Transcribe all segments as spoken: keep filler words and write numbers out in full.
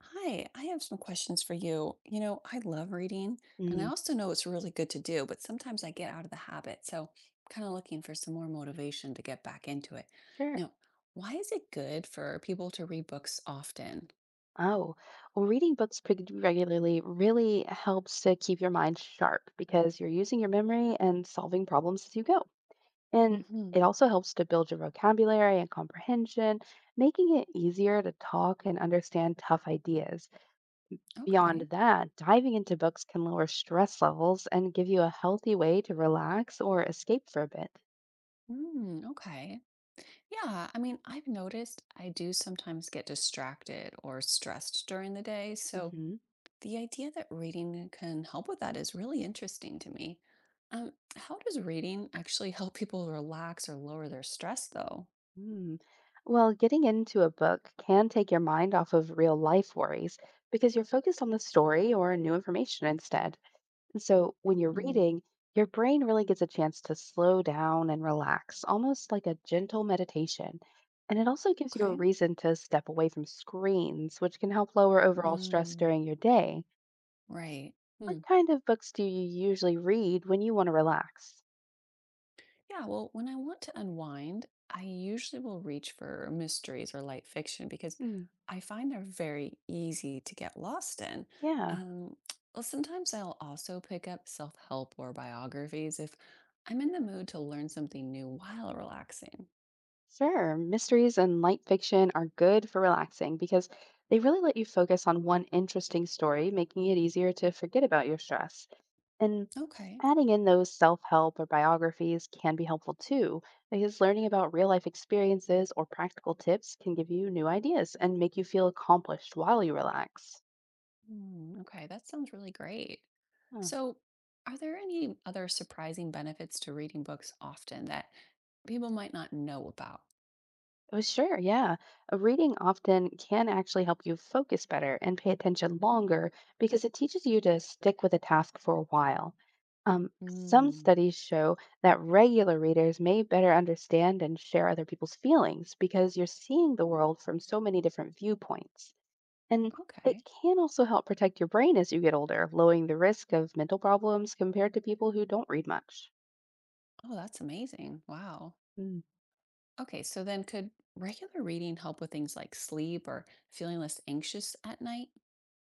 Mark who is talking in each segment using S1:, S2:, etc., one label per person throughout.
S1: Hi, I have some questions for you. You know, I love reading, and I
S2: Mm,
S1: also know it's really good to do, but sometimes I get out of the habit. So I'm kind of looking for some more motivation to get back into it.
S2: sure.
S1: Now, why is it good for people to read books often?
S2: Oh, well, reading books pretty regularly really helps to keep your mind sharp because you're using your memory and solving problems as you go. And it
S1: Hmm.
S2: also helps to build your vocabulary and comprehension, making it easier to talk and understand tough ideas.
S1: Okay.
S2: Beyond that, diving into books can lower stress levels and give you a healthy way to relax or escape for a bit.
S1: Mm, okay. Yeah, I mean, I've noticed I do sometimes get distracted or stressed during the day. So
S2: Mhm.
S1: the idea that reading can help with that is really interesting to me. Um, how does reading actually help people relax or lower their stress, though?
S2: Mm. Well, getting into a book can take your mind off of real life worries because you're focused on the story or new information instead. And so when you're
S1: Mm,
S2: reading, your brain really gets a chance to slow down and relax, almost like a gentle meditation. And it also gives you a
S1: okay.
S2: reason to step away from screens, which can help lower overall stress
S1: Mm,
S2: during your day.
S1: right. Hmm.
S2: What kind of books do you usually read when you want to relax?
S1: Yeah. Well, when I want to unwind, I usually will reach for mysteries or light fiction because
S2: Hmm.
S1: I find they're very easy to get lost in.
S2: Yeah.
S1: Um, well, sometimes I'll also pick up self help or biographies if I'm in the mood to learn something new while relaxing.
S2: Sure. Mysteries and light fiction are good for relaxing because they really let you focus on one interesting story, making it easier to forget about your stress. And
S1: Okay.
S2: adding in those self help or biographies can be helpful too, because learning about real life experiences or practical tips can give you new ideas and make you feel accomplished while you relax.
S1: Mm, okay, that sounds really great. So, are there any other surprising benefits to reading books often that people might not know about?
S2: Oh, sure. Yeah. A reading often can actually help you focus better and pay attention longer because it teaches you to stick with a task for a while. Um, some
S1: Mm,
S2: studies show that regular readers may better understand and share other people's feelings because you're seeing the world from so many different viewpoints. And it
S1: okay.
S2: can also help protect your brain as you get older, lowering the risk of mental problems compared to people who don't read much.
S1: Oh, that's amazing. Wow. Okay, so then could regular reading help with things like sleep or feeling less anxious at night?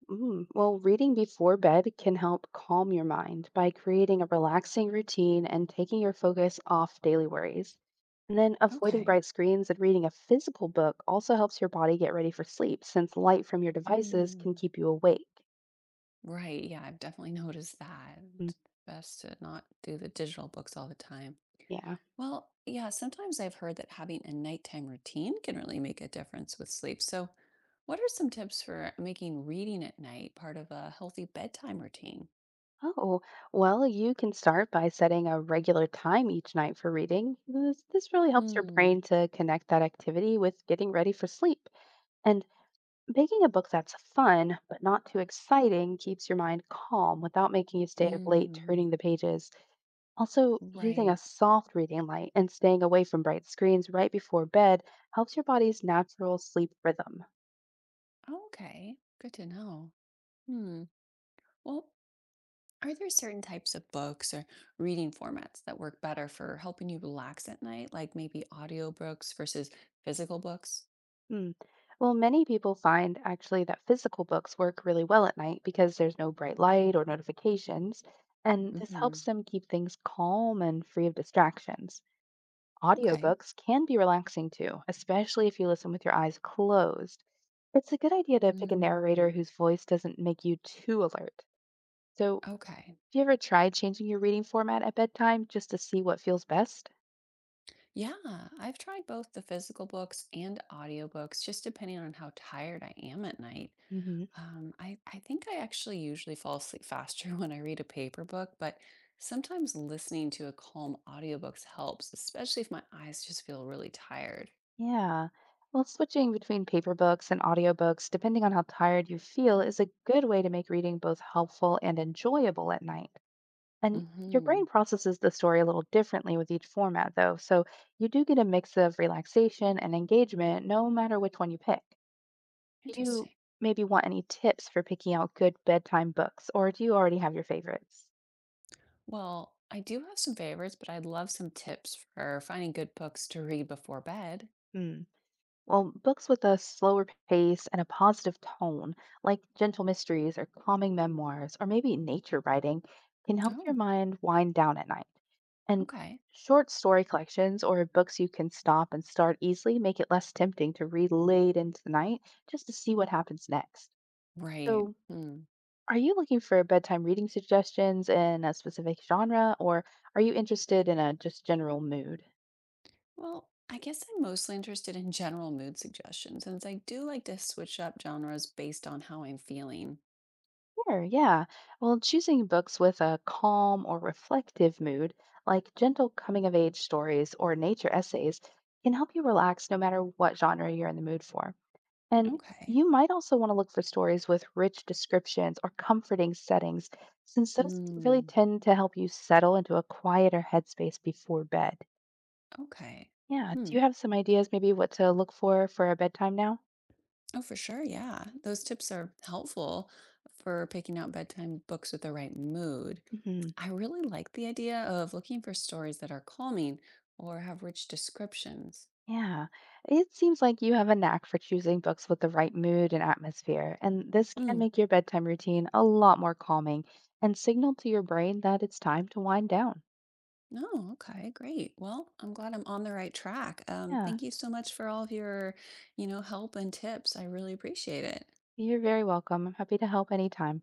S2: Mm. Well, reading before bed can help calm your mind by creating a relaxing routine and taking your focus off daily worries. And then avoiding
S1: Okay.
S2: bright screens and reading a physical book also helps your body get ready for sleep since light from your devices can
S1: Mm,
S2: keep you awake.
S1: right. Yeah, I've definitely noticed that.
S2: Mm.
S1: Best to not do the digital books all the time.
S2: Yeah.
S1: Well, yeah, sometimes I've heard that having a nighttime routine can really make a difference with sleep. So, what are some tips for making reading at night part of a healthy bedtime routine?
S2: Oh, well, you can start by setting a regular time each night for reading. This, this really helps your
S1: Hmm.
S2: brain to connect that activity with getting ready for sleep. And picking a book that's fun but not too exciting keeps your mind calm without making you stay up late
S1: Mm,
S2: turning the pages. Also, using a
S1: right.
S2: soft reading light and staying away from bright screens right before bed helps your body's natural sleep rhythm.
S1: Okay. Good to know. Hmm. Well, are there certain types of books or reading formats that work better for helping you relax at night, like maybe audiobooks versus physical books?
S2: Hmm. Well, many people find actually that physical books work really well at night because there's no bright light or notifications, and this
S1: Hmm.
S2: helps them keep things calm and free of distractions.
S1: Okay.
S2: Audiobooks can be relaxing too, especially if you listen with your eyes closed. It's a good idea to pick a narrator
S1: Hmm.
S2: whose voice doesn't make you too alert. So, have
S1: Okay.
S2: you ever tried changing your reading format at bedtime just to see what feels best?
S1: Yeah, I've tried both the physical books and audiobooks, just depending on how tired I am at night.
S2: Hmm.
S1: Um, I, I think I actually usually fall asleep faster when I read a paper book, but sometimes listening to a calm audiobooks helps, especially if my eyes just feel really tired.
S2: Yeah. Well, switching between paper books and audiobooks, depending on how tired you feel, is a good way to make reading both helpful and enjoyable at night. And your
S1: Hmm.
S2: brain processes the story a little differently with each format, though. So you do get a mix of relaxation and engagement no matter which one you pick. Do you
S1: Interesting.
S2: maybe want any tips for picking out good bedtime books, or do you already have your favorites?
S1: Well, I do have some favorites, but I'd love some tips for finding good books to read before bed.
S2: Hmm. Well, books with a slower pace and a positive tone, like gentle mysteries or calming memoirs, or maybe nature writing, can help your
S1: Oh,
S2: mind wind down at night. And
S1: okay.
S2: short story collections or books you can stop and start easily make it less tempting to read late into the night just to see what happens next.
S1: Right.
S2: So,
S1: Hmm.
S2: are you looking for bedtime reading suggestions in a specific genre or are you interested in a just general mood?
S1: Well, I guess I'm mostly interested in general mood suggestions, since I do like to switch up genres based on how I'm feeling.
S2: Sure, yeah. Well, choosing books with a calm or reflective mood, like gentle coming of age stories or nature essays, can help you relax no matter what genre you're in the mood for. And
S1: Okay.
S2: you might also want to look for stories with rich descriptions or comforting settings, since those really
S1: Mm,
S2: tend to help you settle into a quieter headspace before bed.
S1: okay.
S2: Yeah.
S1: Hmm.
S2: Do you have some ideas, maybe what to look for for a bedtime now?
S1: Oh, for sure. Yeah. Those tips are helpful for picking out bedtime books with the right mood.
S2: Hmm.
S1: I really like the idea of looking for stories that are calming or have rich descriptions.
S2: Yeah. It seems like you have a knack for choosing books with the right mood and atmosphere, and this can
S1: Hmm.
S2: make your bedtime routine a lot more calming and signal to your brain that it's time to wind down.
S1: No, okay, great. Well, I'm glad I'm on the right track. Um,
S2: Yeah.
S1: thank you so much for all of your, you know, help and tips. I really appreciate it.
S2: You're very welcome. I'm happy to help anytime.